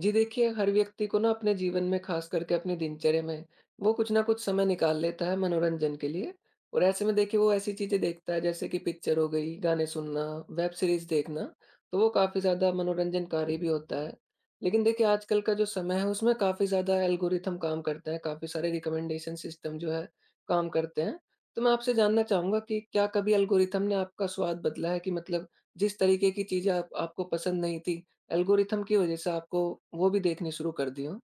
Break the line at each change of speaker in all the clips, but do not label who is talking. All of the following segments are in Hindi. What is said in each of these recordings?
जी देखिए, हर व्यक्ति को ना अपने जीवन में ख़ास करके अपनी दिनचर्या में, वो कुछ ना कुछ समय निकाल लेता है मनोरंजन के लिए और ऐसे में देखिए वो ऐसी चीज़ें देखता है जैसे कि पिक्चर हो गई, गाने सुनना, वेब सीरीज़ देखना, तो वो काफ़ी ज़्यादा मनोरंजनकारी भी होता है। लेकिन देखिए आजकल का जो समय है उसमें काफ़ी ज़्यादा एल्गोरिथम काम करते हैं, काफ़ी सारे रिकमेंडेशन सिस्टम जो है काम करते हैं। तो मैं आपसे जानना चाहूँगा कि क्या कभी एल्गोरिथम ने आपका स्वाद बदला है कि मतलब जिस तरीके की चीज़ें आप आपको पसंद नहीं थी, एल्गोरिथम की वजह से आपको वो भी देखनी शुरू कर दी हो।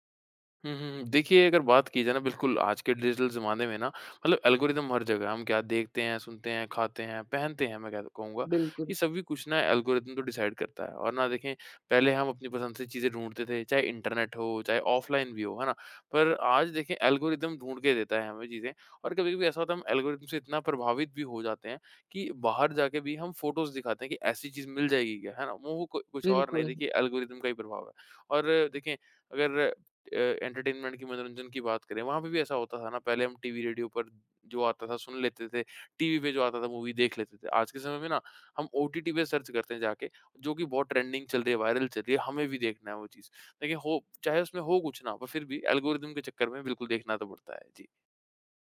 हुँ, हुँ, हुँ। देखिए अगर बात की जाए ना बिल्कुल आज के डिजिटल ज़माने में ना मतलब एल्गोरिदम हर जगह है। हम क्या देखते हैं, सुनते हैं, खाते हैं, पहनते हैं मैं कह कहूँगा। ये
बिल्कुल,
सभी कुछ ना एल्गोरिदम तो डिसाइड करता है और ना देखें पहले हम अपनी पसंद से चीज़ें ढूँढते थे चाहे इंटरनेट हो, चाहे ऑफ़लाइन भी हो, है ना? पर आज देखें एल्गोरिदम ढूँढ के देता है हमें चीज़ें और कभी-कभी ऐसा होता है हम एल्गोरिदम से इतना प्रभावित भी हो जाते हैं कि बाहर जाके भी हम फ़ोटोज़ दिखाते हैं कि ऐसी चीज़ मिल जाएगी क्या, है ना? वो को कुछ और नहीं
बिल्कुल।
देखिए एल्गोरिदम का ही प्रभाव है। और देखें अगर एंटरटेनमेंट की मनोरंजन की बात करें, वहाँ पे भी ऐसा होता था ना पहले हम टीवी, रेडियो पर जो आता था सुन लेते थे, टीवी पे जो आता था मूवी देख लेते थे। आज के समय में ना हम ओटीटी पे सर्च करते हैं जाके, जो कि बहुत ट्रेंडिंग चल रही है, वायरल चल रही है, हमें भी देखना है वो चीज़। लेकिन हो चाहे उसमें हो कुछ ना, पर फिर भी एल्गोरिदम के चक्कर में बिल्कुल देखना तो पड़ता है। जी।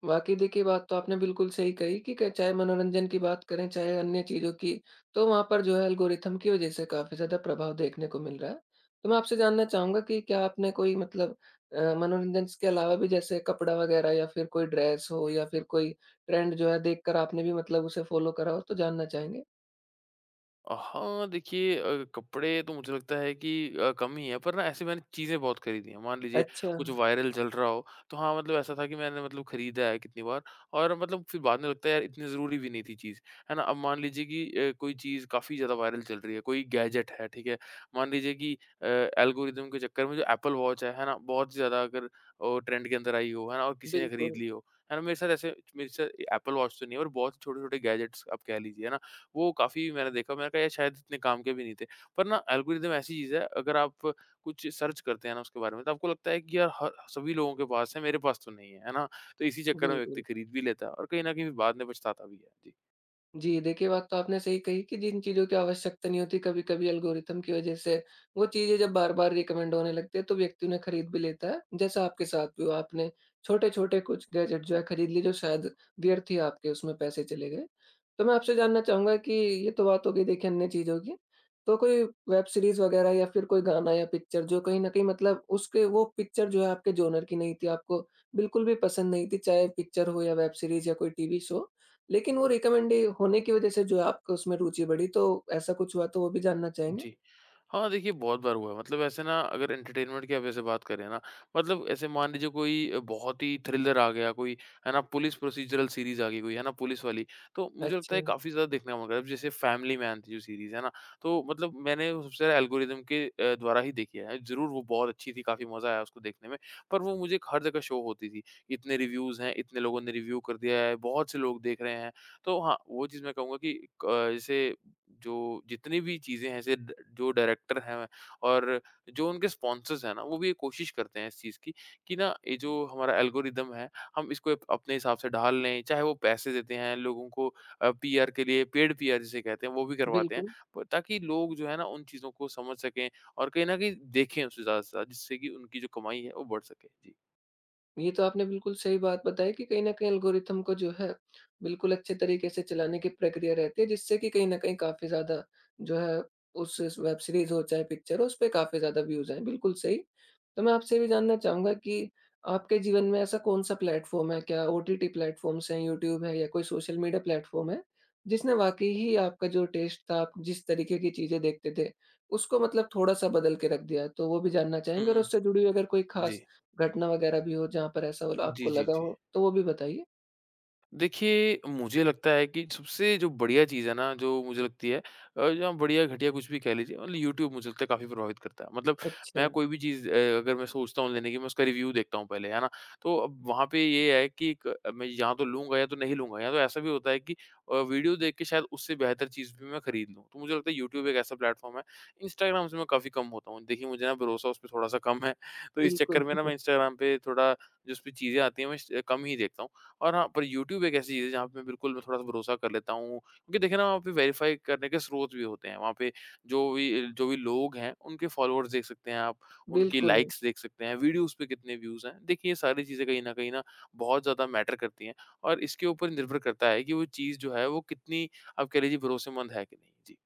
वाक़ई देखिए बात तो आपने बिल्कुल सही कही कि क चाहे मनोरंजन की बात करें, चाहे अन्य चीज़ों की, तो वहाँ पर जो है एल्गोरिथम की वजह से काफ़ी ज़्यादा प्रभाव देखने को मिल रहा है। तो मैं आपसे जानना चाहूँगा कि क्या आपने कोई मतलब मनोरंजन के अलावा भी जैसे कपड़ा वग़ैरह या फिर कोई ड्रेस हो या फिर कोई ट्रेंड जो है देखकर आपने भी मतलब उसे फ़ॉलो करा हो? तो जानना चाहेंगे।
हाँ, देखिए कपड़े तो मुझे लगता है कि कम ही है, पर ना ऐसे मैंने चीज़ें बहुत खरीदी हैं। मान लीजिए
अच्छा।
कुछ वायरल चल रहा हो, तो हाँ, मतलब ऐसा था कि मैंने मतलब खरीदा है कितनी बार और मतलब फिर बाद में लगता है यार इतनी ज़रूरी भी नहीं थी चीज़, है ना? अब मान लीजिए कि कोई चीज़ काफ़ी ज़्यादा वायरल चल रही है, कोई गैजेट है, ठीक है? मान लीजिए कि एल्गोरिदम के चक्कर में जो एप्पल वॉच है ना? बहुत ज़्यादा अगर वो ट्रेंड के अंदर आई हो, है ना? और किसी ने खरीद
बिल्कुल,
ली हो, है ना? मेरे साथ एप्पल वॉच तो नहीं है और बहुत छोटे-छोटे गैजेट्स आप कह लीजिए, है ना? वो काफ़ी मैंने देखा, मैंने कहा यार शायद इतने काम के भी नहीं थे। पर ना एल्गोरिदम ऐसी चीज़ है अगर आप कुछ सर्च करते हैं ना उसके बारे में तो आपको लगता है कि यार हर सभी लोगों के पास है, मेरे पास तो नहीं है, है ना? तो इसी चक्कर में व्यक्ति
बिल्कुल।
खरीद भी लेता है और कहीं न कहीं बाद में पछताता भी है। जी।
जी, देखिए बात तो आपने सही कही कि जिन चीज़ों की आवश्यकता नहीं होती कभी-कभी एल्गोरिथम की वज़ह से वो चीज़ें जब बार-बार रिकमेंड होने लगती हैं तो व्यक्ति उन्हें खरीद भी लेता है। जैसा आपके साथ भी हुआ आपने छोटे-छोटे कुछ गैजेट जो है खरीद लिए जो शायद व्यर्थ ही आपके उसमें पैसे चले गए। तो मैं आपसे जानना चाहूँगा कि ये तो बात हो गई देखिए अन्य चीज़ों की। तो कोई वेब सीरीज़ वग़ैरह या फिर कोई गाना या पिक्चर जो कहीं न कहीं मतलब उसके वो पिक्चर जो है आपके जॉनर की नहीं थी, आपको बिल्कुल भी पसंद नहीं थी, चाहे पिक्चर हो या वेब सीरीज़ या कोई टीवी शो। लेकिन वो रिकमेंड होने की वज़ह से जो है आपको उसमें रुचि बढ़ी, तो ऐसा कुछ हुआ तो वो भी जानना चाहेंगे?
जी। हाँ, देखिए बहुत बार हुआ है मतलब ऐसे ना अगर एंटरटेनमेंट की आप जैसे बात करें ना, मतलब ऐसे मान लीजिए कोई बहुत ही थ्रिलर आ गया कोई, है ना? पुलिस प्रोसीज़रल सीरीज़ आ गई कोई, है ना? पुलिस वाली, तो मुझे लगता है
अच्छा,
काफ़ी ज़्यादा देखने का मन करा। जैसे फैमिली मैन थी जो सीरीज़, है ना? तो मतलब मैंने वो सबसे ज़्यादा एल्गोरिदम के द्वारा ही देखी है। ज़रूर वो बहुत अच्छी थी, काफ़ी मज़ा आया उसको देखने में, पर वो मुझे हर जगह शो होती थी। इतने रिव्यूज़ हैं, इतने लोगों ने रिव्यू कर दिया है, बहुत से लोग देख रहे हैं। तो हाँ, वो चीज़ मैं कहूँगा कि क जैसे जो जितनी भी चीज़ें हैं ऐसे ड जो डायरेक्टर हैं और जो उनके स्पॉन्सर्स हैं ना, वो भी ये कोशिश करते हैं इस चीज़ की कि ना ये जो हमारा एल्गोरिदम है, हम इसको अप अपने हिसाब से ढाल लें। चाहे वो पैसे देते हैं लोगों को पीआर के लिए पेड पीआर जिसे कहते हैं, वो भी करवाते हैं
बिल्कुल।
प ताकि लोग जो है ना उन चीज़ों को समझ सकें और कहीं न कहीं देखें उसे ज़्यादा से ज़्यादा जिससे कि उनकी जो कमाई है वो बढ़ सके। जी।
ये तो आपने बिल्कुल सही बात बताई कि कहीं न कहीं एल्गोरिथम को जो है, बिल्कुल अच्छे तरीके से चलाने की प्रक्रिया रहती है, जिससे कि कहीं न कहीं काफ़ी ज़्यादा जो है उस स वेब सीरीज़ हो चाहे पिक्चर हो, उसपे काफ़ी ज़्यादा व्यूज़ आएँ, बिल्कुल सही। तो मैं आपसे ये भी जानना चाहूँगा कि आपके जीवन में ऐसा कौन-सा प्लेटफ़ॉर्म है? क्या ओटीटी प्लेटफ़ॉर्म्स हैं, यूट्यूब है या कोई सोशल मीडिया प्लेटफ़ॉर्म है, जिसने वाक़ई ही आपका जो टेस्ट था, आप जिस तरीके की चीज़ें देखते थे, उसको मतलब थोड़ा-सा बदल के रख दिया है? तो वो भी जानना
हुँ,
चाहेंगे और
हुँ।
उससे जुड़ी हुई अगर कोई
जी।
ख़ास घटना वगैरह भी हो जहाँ पर ऐसा वाला
जी,
आपको
जी,
लगा
जी।
हो, तो वो भी बताइए?
देखिए, मुझे लगता है कि सबसे जो बढ़िया चीज़ है ना, जो मुझे लगती है या बढ़िया, घटिया कुछ भी कह लीजिए मतलब यूट्यूब मुझे लगता है काफ़ी प्रभावित करता है। मतलब
अच्छा,
मैं कोई भी चीज़ अगर मैं सोचता हूँ लेने की, मैं उसका रिव्यू देखता हूँ पहले, है ना? तो अब वहाँ पे ये है कि एक मैं या तो लूँगा या तो नहीं लूँगा या तो ऐसा भी होता है कि वीडियो देख के शायद उससे बेहतर चीज़ भी मैं खरीद लूँ। तो मुझे लगता है यूट्यूब एक ऐसा प्लेटफ़ॉर्म है, इंस्टाग्राम से मैं काफ़ी कम होता हूँ। देखिए, मुझे ना भरोसा उस पे थोड़ा-सा कम है, तो इस
बिल्कुल।
चक्कर में ना मैं इंस्टाग्राम पे थोड़ा जो उसपे चीज़ें आती हैं, मैं श कम ही देखता हूँ। और हाँ, पर यूट्यूब एक ऐसी चीज़ है, जहाँ पे मैं बिल्कुल मैं थोड़ा-सा भरोसा कर लेता हूँ, क्योंकि देखिए ना, वहाँ पे वेरीफ़ाई करने के स्रोत भी होते हैं। वहाँ पे जो भी लोग हैं, उनके फ़ॉलोअर्स देख सकते हैं आप, उनकी
बिल्कुल,
लाइक्स देख सकते हैं, वीडियोज़ पे कितने व्यूज़ हैं। देखिए, ये सारी चीज़ें कहीं न कहीं ना, बहुत ज़्यादा मैटर करती हैं और इसके ऊपर निर्भर करता है कि वो चीज़ जो है, वो कितनी आप कह लीजिए भरोसेमंद है कि नहीं। जी।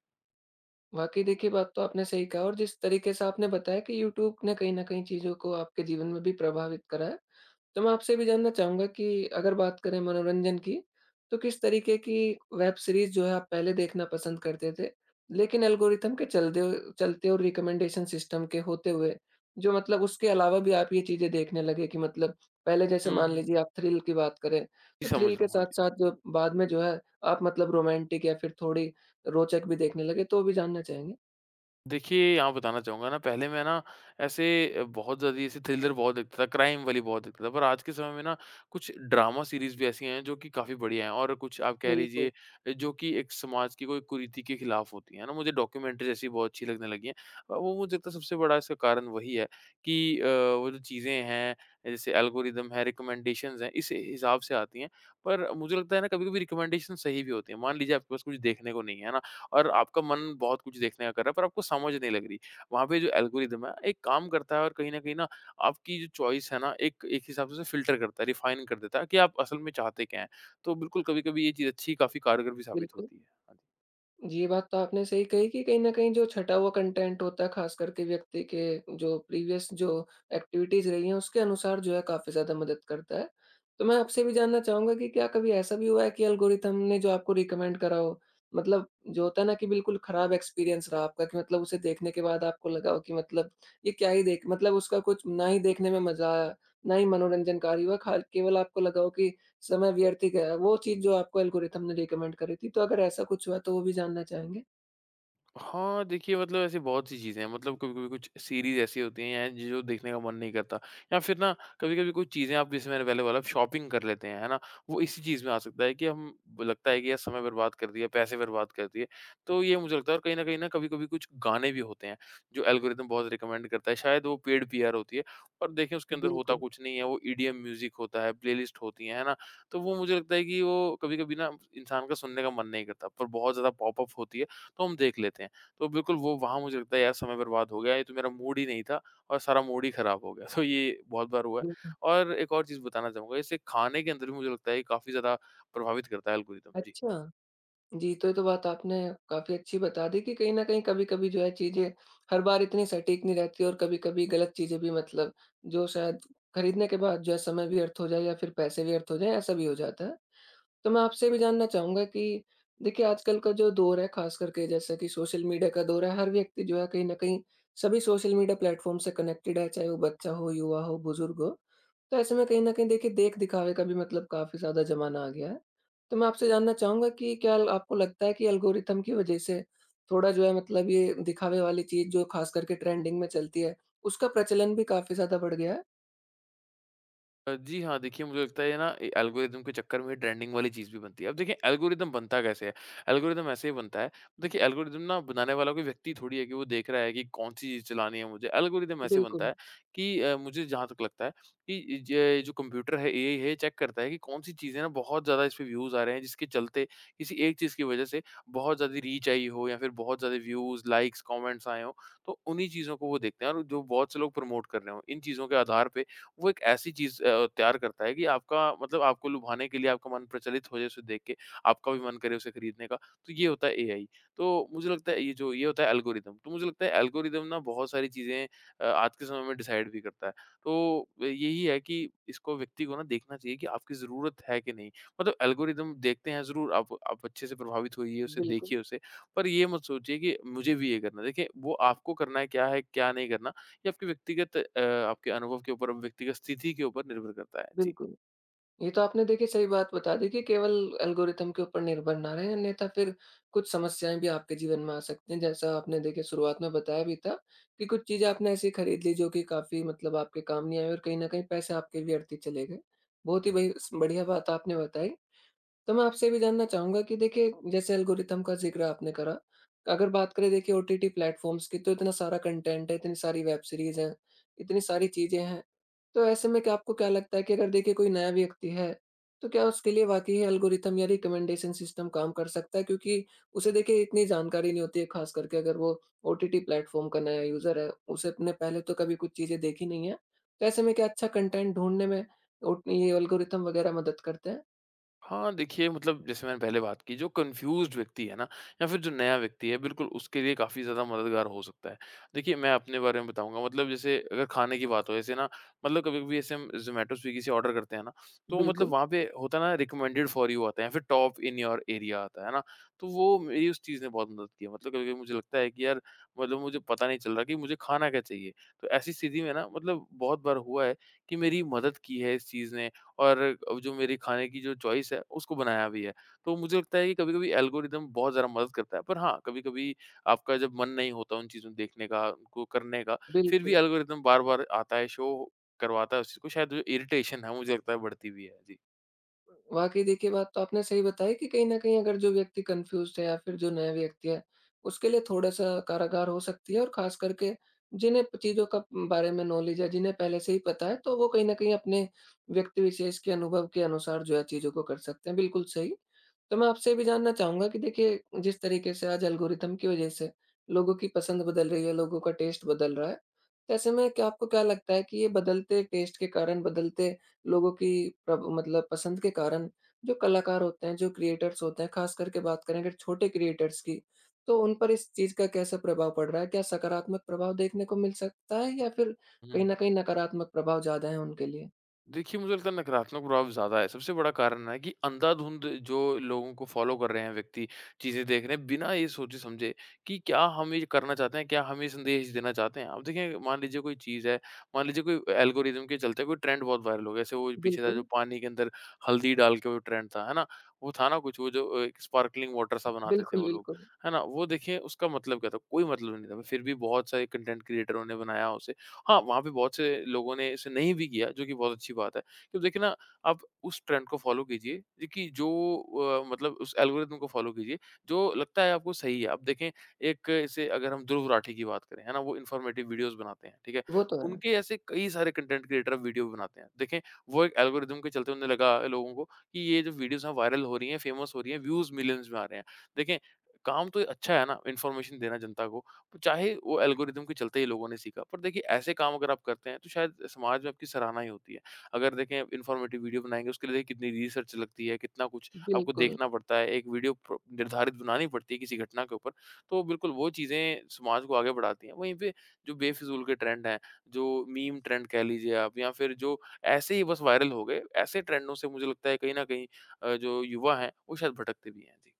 वाक़ई देखिए बात तो आपने सही कहा और जिस तरीके से आपने बताया कि यूट्यूब ने कहीं न कहीं चीज़ों को आपके जीवन में भी प्रभावित करा है। तो मैं आपसे भी जानना चाहूँगा कि अगर बात करें मनोरंजन की, तो किस तरीके की वेब सीरीज़ जो है आप पहले देखना पसंद करते थे? लेकिन एल्गोरिथम के चलते चलते और रिकमेंडेशन सिस्टम के होते हुए, जो मतलब उसके अलावा भी आप ये चीज़ें देखने लगे कि मतलब पहले जैसे
हुँ,
मान
हुँ।
लीजिए आप थ्रिल की बात करें,
जी,
तो
समझ
थ्रिल
रहा
के
हूँ। हाँ जी।
साथ-साथ जो बाद में जो है आप मतलब रोमांटिक या फिर थोड़ी रोचक भी देखने लगे, तो वो भी जानना चाहेंगे?
देखिए, यहाँ बताना चाहूँगा ना पहले मैं ना ऐसे बहुत ज़्यादा ऐसे थ्रिलर बहुत देखता था, क्राइम वाली बहुत देखता था। पर आज के समय में ना कुछ ड्रामा सीरीज़ भी ऐसी हैं जो कि काफ़ी बढ़िया हैं और कुछ आप कह लीजिए
बिल्कुल,
जो कि एक समाज की कोई कुरीति के खिलाफ होती हैं, है ना? मुझे डॉक्यूमेंट्रीज़ ऐसी बहुत अच्छी लगने लगी हैं। वो मुझे लगता है सबसे बड़ा इसका कारण वही है कि वो जो चीज़ें हैं जैसे एल्गोरिदम है, रिकमेंडेशंस हैं, इस हिसाब से आती हैं। पर मुझे लगता है ना कभी-कभी रिकमेंडेशन सही भी होती हैं। मान लीजिए आपके पास कुछ देखने को नहीं है, है ना? और आपका मन बहुत कुछ देखने का कर रहा है पर आपको समझ नहीं लग रही। वहाँ पे जो एल्गोरिदम है एक काम करता है और कहीं न कहीं ना आपकी जो चॉइस है ना एक एक हिसाब से उसे फ़िल्टर करता है, रिफ़ाइन कर देता है कि आप असल में चाहते क्या हैं। तो बिल्कुल कभी-कभी ये चीज़ अच्छी काफ़ी कारगर भी साबित
बिल्कुल।
होती है। हाँ जी।
ये बात तो आपने सही कही कि कहीं न कहीं जो छँटा हुआ कंटेंट होता है, ख़ास करके व्यक्ति के जो प्रीवियस जो एक्टिविटीज़ रही हैं, उसके अनुसार जो है काफ़ी ज़्यादा मदद करता है। तो मैं आपसे भी जानना चाहूँगा कि क्या कभी ऐसा भी हुआ है कि एल्गोरिथम ने जो आपको रिकमेंड करा हो, मतलब जो होता है ना कि बिल्कुल ख़राब एक्सपीरियंस रहा आपका कि मतलब उसे देखने के बाद आपको लगा हो कि मतलब ये क्या ही देख मतलब उसका कुछ ना ही देखने में मज़ा आया, ना ही मनोरंजनकारी हुआ, खा केवल आपको लगा हो कि समय व्यर्थिक है, वो चीज़ जो आपको एल्गोरिथम ने रिकमेंड करी थी, तो अगर ऐसा कुछ हुआ तो वो भी जानना चाहेंगे?
हाँ, देखिए मतलब ऐसी बहुत सी चीज़ें हैं मतलब कभी-कभी कुछ सीरीज़ ऐसी होती हैं या जो देखने का मन नहीं करता या फिर ना कभी-कभी कुछ चीज़ें आप जैसे मैंने पहले बोला शॉपिंग कर लेते हैं, है ना? वो इसी चीज़ में आ सकता है कि हम लगता है कि यार समय बर्बाद कर दिया, पैसे बर्बाद कर दिए। तो ये मुझे लगता है और कहीं न कहीं ना कभी-कभी कुछ गाने भी होते हैं जो एल्गोरिदम बहुत रिकमेंड करता है, शायद वो पेड पीआर होती है और देखिए उसके अंदर होता
बिल्कुल,
कुछ नहीं है, वो ईडीएम म्यूज़िक होता है, प्लेलिस्ट होती हैं, है ना? तो वो मुझे लगता है कि वो कभी-कभी ना इंसान का सुनने का मन नहीं करता पर बहुत ज़्यादा पॉप अप होती है, तो हम देख लेते हैं। तो बिल्कुल वो वहाँ मुझे लगता है यार समय बर्बाद हो गया, ये तो मेरा मूड ही नहीं था और सारा मूड ही खराब हो गया। तो ये बहुत बार हुआ है
बिल्कुल।
और एक और चीज़ बताना चाहूँगा इससे खाने के अंदर भी मुझे लगता है ये काफ़ी ज़्यादा प्रभावित करता है एल्गोरिदम। जी।
अच्छा। जी, तो ये तो बात आपने काफ़ी अच्छी बता दी कि कहीं न कहीं कभी-कभी जो है चीज़ें हर बार इतनी सटीक नहीं रहती और कभी-कभी गलत चीज़ें भी मतलब जो शायद खरीदने के बाद जो है समय व्यर्थ हो जाए या फिर पैसे व्यर्थ हो जाएँ, ऐसा भी हो जाता है। तो मैं आपसे भी जानना चाहूँगा कि देखिए आजकल का जो दौर है ख़ास करके जैसा कि सोशल मीडिया का दौर है, हर व्यक्ति जो है कहीं न कहीं सभी सोशल मीडिया प्लेटफ़ॉर्म से कनेक्टेड है, चाहे वो बच्चा हो, युवा हो, बुज़ुर्ग हो। तो ऐसे में कहीं न कहीं देखिए देख-दिखावे का भी मतलब काफ़ी ज़्यादा ज़माना आ गया है। तो मैं आपसे जानना चाहूँगा कि क्या आपको लगता है कि एल्गोरिथम की वजह से थोड़ा जो है मतलब ये दिखावे वाली चीज़ जो ख़ास करके ट्रेंडिंग में चलती है, उसका प्रचलन भी काफ़ी ज़्यादा बढ़ गया है?
जी हाँ, देखिए मुझे लगता है ना ए एल्गोरिदम के चक्कर में ट्रेंडिंग वाली चीज़ भी बनती है। अब देखिए एल्गोरिदम बनता कैसे है? एल्गोरिदम ऐसे ही बनता है, देखिए एल्गोरिदम ना बनाने वाला कोई व्यक्ति थोड़ी है कि वो देख रहा है कि कौन-सी चीज़ चलानी है मुझे। एल्गोरिदम ऐसे बनता
बिल्कुल,
है कि मुझे जहाँ तक लगता है कि ज जो कंप्यूटर है, एआई है, चेक करता है कि कौन-सी चीज़ें ना बहुत ज़्यादा इस पे व्यूज़ आ रहे हैं, जिसके चलते किसी एक चीज़ की वज़ह से बहुत ज़्यादा रीच आई हो या फिर बहुत ज़्यादा व्यूज़, लाइक्स, कमेंट्स आए हों, तो उन्हीं चीज़ों को वो देखते हैं और जो बहुत से लोग प्रमोट कर रहे हों, इन चीज़ों के आधार पे वो एक ऐसी चीज़ तैयार करता है कि आपका मतलब आपको लुभाने के लिए आपका मन प्रचलित हो जाए उसे देख के, आपका भी मन करे उसे खरीदने का। तो ये होता है एआई। तो मुझे लगता है ये होता है एल्गोरिदम। तो मुझे लगता है एल्गोरिदम ना बहुत सारी चीज़ें आज के समय में डिसाइड भी करता है। तो यही है कि इसको व्यक्ति को ना देखना चाहिए कि आपकी ज़रूरत है कि नहीं? मतलब एल्गोरिदम देखते हैं ज़रूर, आप अच्छे से प्रभावित होइए उसे,
बिल्कुल,
देखिए उसे, पर ये मत सोचिए कि मुझे भी ये करना है। देखिए, वो आपको करना है, क्या नहीं करना। ये आपके व्यक्तिगत आपके अनुभव के ऊपर व्यक्तिगत स्थिति के ऊपर निर्भर करता है। जी।
बिल्कुल। ये तो आपने देखिए सही बात बता दी कि केवल एल्गोरिथम के ऊपर निर्भर ना रहें अन्यथा फिर कुछ समस्याएँ भी आपके जीवन में आ सकती हैं। जैसा आपने देखिए शुरुआत में बताया भी था कि कुछ चीज़ें आपने ऐसी खरीद ली जो कि काफ़ी मतलब आपके काम नहीं आई और कहीं न कहीं पैसे आपके व्यर्थ ही चले गए। बहुत ही बही स बढ़िया बात आपने बताई। तो मैं आपसे भी जानना चाहूँगा कि देखिए, जैसे एल्गोरिथम का ज़िक्र आपने करा। अगर बात करें देखिए ओटीटी प्लेटफ़ॉर्म्स की तो इतना सारा कंटेंट है, इतनी सारी वेब सीरीज़ हैं, इतनी सारी चीज़ें हैं। तो ऐसे में क्या आपको क्या लगता है कि अगर देखिए कोई नया व्यक्ति है, तो क्या उसके लिए वाक़ई एल्गोरिथम या रिकमेंडेशन सिस्टम काम कर सकता है? क्योंकि उसे देखिए इतनी जानकारी नहीं होती है, ख़ास करके अगर वो ओटीटी प्लेटफ़ॉर्म का नया यूज़र है, उसे अपने पहले तो कभी कुछ चीज़ें देखी नहीं हैं। तो ऐसे में क्या अच्छा कंटेंट ढूँढने में ओट ये एल्गोरिथम वग़ैरह मदद करते हैं?
हाँ, देखिए मतलब जैसे मैंने पहले बात की जो कन्फ्यूज़्ड व्यक्ति है ना या फिर जो नया व्यक्ति है बिल्कुल उसके लिए काफ़ी ज़्यादा मददगार हो सकता है। देखिए मैं अपने बारे में बताऊँगा मतलब जैसे अगर खाने की बात हो जैसे ना मतलब कभी-कभी ऐसे हम ज़ोमैटो, स्विगी से ऑर्डर करते हैं ना तो मतलब
बिल्कुल।
वहाँ पे होता है ना रिकमेंडेड फॉर यू आता है या फिर टॉप इन योर एरिया आता है ना? तो वो मेरी उस चीज़ ने बहुत मदद की है। मतलब कभी-कभी मुझे लगता है कि यार मतलब मुझे पता नहीं चल रहा कि मुझे खाना क्या चाहिए? तो ऐसी स्थिति में ना मतलब बहुत बार हुआ है कि मेरी मदद की है इस चीज़ ने और अब जो मेरी खाने की जो चॉइस है, उसको बनाया भी है। तो मुझे लगता है कि कभी-कभी एल्गोरिदम बहुत ज़्यादा मदद करता है। पर हाँ, कभी-कभी आपका जब मन नहीं होता उन चीज़ों देखने का, उनको करने का, फिर भी
बिल्कुल।
एल्गोरिदम बार-बार आता है, शो करवाता है उस चीज़ को। शायद जो इरिटेशन है, मुझे लगता है बढ़ती भी है। जी।
वाक़ई देखिए बात तो आपने सही बताई कि कहीं न कहीं अगर जो व्यक्ति कन्फ्यूज़्ड है या फिर जो नया व्यक्ति है, उसके लिए थोड़ा-सा कारागार हो सकती है और ख़ास करके जिन्हें प चीज़ों का बारे में नॉलेज है, जिन्हें पहले से ही पता है, तो वो कहीं न कहीं अपने व्यक्ति विशेष के अनुभव के अनुसार जो है चीज़ों को कर सकते हैं, बिल्कुल सही। तो मैं आपसे ये भी जानना चाहूँगा कि देखिए जिस तरीके से आज एल्गोरिथम की वज़ह से लोगों की पसंद बदल रही है, लोगों का टेस्ट बदल रहा है, तो ऐसे में क्या आपको क्या लगता है कि ये बदलते टेस्ट के कारण, बदलते लोगों की प्रभ मतलब पसंद के कारण जो कलाकार होते हैं, जो क्रिएटर्स होते हैं, खास करके बात करें अगर छोटे क्रिएटर्स की, तो उन पर इस चीज़ का कैसा प्रभाव पड़ रहा है? क्या सकारात्मक प्रभाव देखने को मिल सकता है या फिर कहीं
हुँ।
न कहीं नकारात्मक प्रभाव ज़्यादा है उनके लिए?
देखिए, मुझे लगता है नकारात्मक प्रभाव ज़्यादा है। सबसे बड़ा कारण है कि अंधाधुंध जो लोगों को फ़ॉलो कर रहे हैं व्यक्ति, चीज़ें देख रहे हैं बिना ये सोचे-समझे कि क्या हम ये करना चाहते हैं, क्या हम ये संदेश देना चाहते हैं। अब देखिए, मान लीजिए कोई चीज़ है, मान लीजिए कोई एल्गोरिदम के चलते कोई ट्रेंड बहुत वायरल हो गया। जैसे वो पीछे था जो
बिल्कुल।
पानी के अंदर हल्दी डाल के वो ट्रेंड था, है ना? वो था ना कुछ वो जो एक स्पार्कलिंग वाटर सा बनाते थे
बिल्कुल,
वो लोग,
बिल्कुल।
है ना? वो देखिए उसका मतलब क्या था? कोई मतलब नहीं था। फिर भी बहुत सारे कंटेंट क्रिएटरों ने बनाया उसे। हाँ, वहाँ पे बहुत से लोगों ने इसे नहीं भी किया, जो कि बहुत अच्छी बात है। तो देखिए ना, आप उस ट्रेंड को फ़ॉलो कीजिए, देखिए जो मतलब उस एल्गोरिदम को फ़ॉलो कीजिए, जो लगता है आपको सही है। आप देखें, एक जैसे अगर हम ध्रुव राठी की बात करें, है ना? वो इन्फॉर्मेटिव वीडियोज़ बनाते हैं, ठीक है?
वो तो है।
उनके ऐसे कई सारे कंटेंट क्रिएटर अब वीडियो बनाते हैं। देखें, वो एक एल्गोरिदम के चलते उन्हें लगा लोगों को कि ये जो वीडियोज़ हैं, वायरल हो रही हैं, फ़ेमस हो रही हैं, व्यूज़ मिलियंस में आ रहे हैं। देखें, काम तो अच्छा है ना, इन्फॉर्मेशन देना जनता को। चाहे वो एल्गोरिदम के चलते ही लोगों ने सीखा, पर देखिए ऐसे काम अगर आप करते हैं, तो शायद समाज में आपकी सराहना ही होती है। अगर देखें इन्फॉर्मेटिव वीडियो बनाएँगे, उसके लिए देखिए कितनी रिसर्च लगती है, कितना कुछ आपको
बिल्कुल।
देखना पड़ता है, एक वीडियो प्र निर्धारित बनानी पड़ती है किसी घटना के ऊपर। तो बिल्कुल वो चीज़ें समाज को आगे बढ़ाती हैं। वहीं पे जो बेफिज़ूल के ट्रेंड हैं, जो मीम ट्रेंड कह लीजिए आप या फिर जो ऐसे ही बस वायरल हो गए, ऐसे ट्रेंडों से मुझे लगता है कहीं न कहीं जो युवा हैं, वो शायद भटकते भी हैं। जी।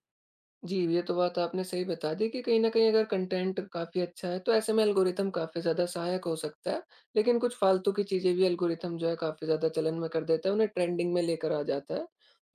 जी, ये तो बात आपने सही बता दी कि कहीं न कहीं अगर कंटेंट काफ़ी अच्छा है, तो ऐसे में एल्गोरिथम काफ़ी ज़्यादा सहायक हो सकता है। लेकिन कुछ फ़ालतू की चीज़ें भी एल्गोरिथम जो है काफ़ी ज़्यादा चलन में कर देता है, उन्हें ट्रेंडिंग में लेकर आ जाता है।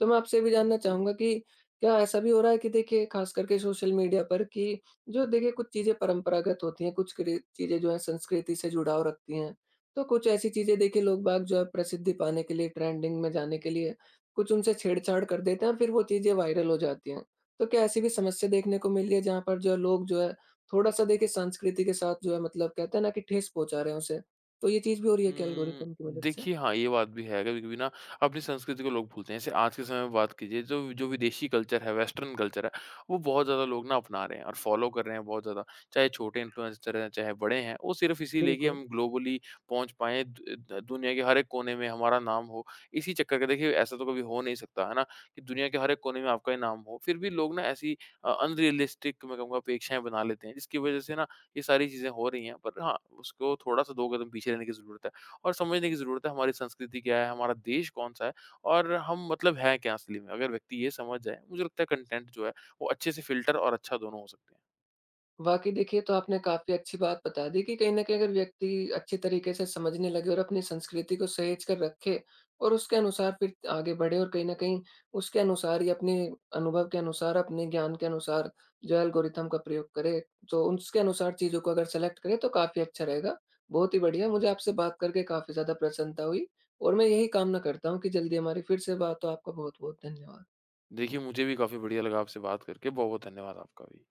तो मैं आपसे ये भी जानना, जी, चाहूँगा कि क्या ऐसा भी हो रहा है कि देखिए ख़ास करके सोशल मीडिया पर कि जो देखिए कुछ चीज़ें परंपरागत होती हैं, कुछ क्रे चीज़ें जो हैं संस्कृति से जुड़ाव रखती हैं। तो कुछ ऐसी चीज़ें देखिए लोग-बाग जो है प्रसिद्धि पाने के लिए, ट्रेंडिंग में जाने के लिए कुछ उनसे छेड़छाड़ कर देते हैं और फिर वो चीज़ें वायरल हो जाती हैं। तो क्या ऐसी भी समस्या देखने को मिली है जहाँ पर जो है लोग जो है थोड़ा-सा देखिए संस्कृति के साथ जो है मतलब कहते हैं ना कि ठेस पहुँचा रहे हैं उसे, तो ये चीज़ भी हो रही है क्या
हुँ,
एल्गोरिथम की मदद से?
देखिए हाँ, ये बात भी है। कभी-कभी ना अपनी संस्कृति को लोग भूलते हैं। जैसे आज के समय में बात कीजिए जो जो विदेशी कल्चर है, वेस्टर्न कल्चर है, वो बहुत ज़्यादा लोग ना अपना रहे हैं और फ़ॉलो कर रहे हैं बहुत ज़्यादा। चाहे छोटे इन्फ्लुएंसर हैं, चाहे बड़े हैं, वो सिर्फ़ इसीलिए कि
बिल्कुल।
हम ग्लोबली पहुँच पाएँ, द द दुनिया के हर एक कोने में हमारा नाम हो। इसी चक्कर का देखिए ऐसा तो कभी हो नहीं सकता, है ना? कि दुनिया के हर एक कोने में आपका ही नाम हो। फिर भी लोग ना ऐसी अनरियलिस्टिक मैं कहूँगा अपेक्षाएँ बना लेते हैं, जिसकी वज़ह से ना ये सारी चीज़ें हो रही हैं। पर हाँ, उसको थोड़ा-सा 2 कदम पीछे रहने की ज़रूरत है। और समझने की ज़रूरत है हमारी संस्कृति क्या है, हमारा देश कौन-सा है और हम मतलब हैं क्या असली में। अगर व्यक्ति ये समझ जाए, मुझे लगता है कंटेंट जो है वो अच्छे से फ़िल्टर और अच्छा दोनों हो सकते हैं।
वाक़ई देखिए, तो आपने काफ़ी अच्छी बात बता दी कि कहीं न कहीं अगर व्यक्ति अच्छी तरीके से समझने लगे और अपनी संस्कृति को सहेज कर रखे और उसके अनुसार फिर आगे बढ़े और कहीं न कहीं उसके अनुसार ही अपने अनुभव के अनुसार, अपने ज्ञान के अनुसार जो एल्गोरिथम का प्रयोग करे, तो उसके अनुसार चीज़ों को अगर सेलेक्ट करे तो काफ़ी अच्छा रहेगा। बहुत ही बढ़िया, मुझे आपसे बात करके काफ़ी ज़्यादा प्रसन्नता हुई और मैं यही कामना करता हूँ कि जल्दी हमारी फिर से बात हो। आपका बहुत-बहुत धन्यवाद।
देखिए, मुझे भी काफ़ी बढ़िया लगा आपसे बात करके। बहुत-बहुत धन्यवाद आपका भी।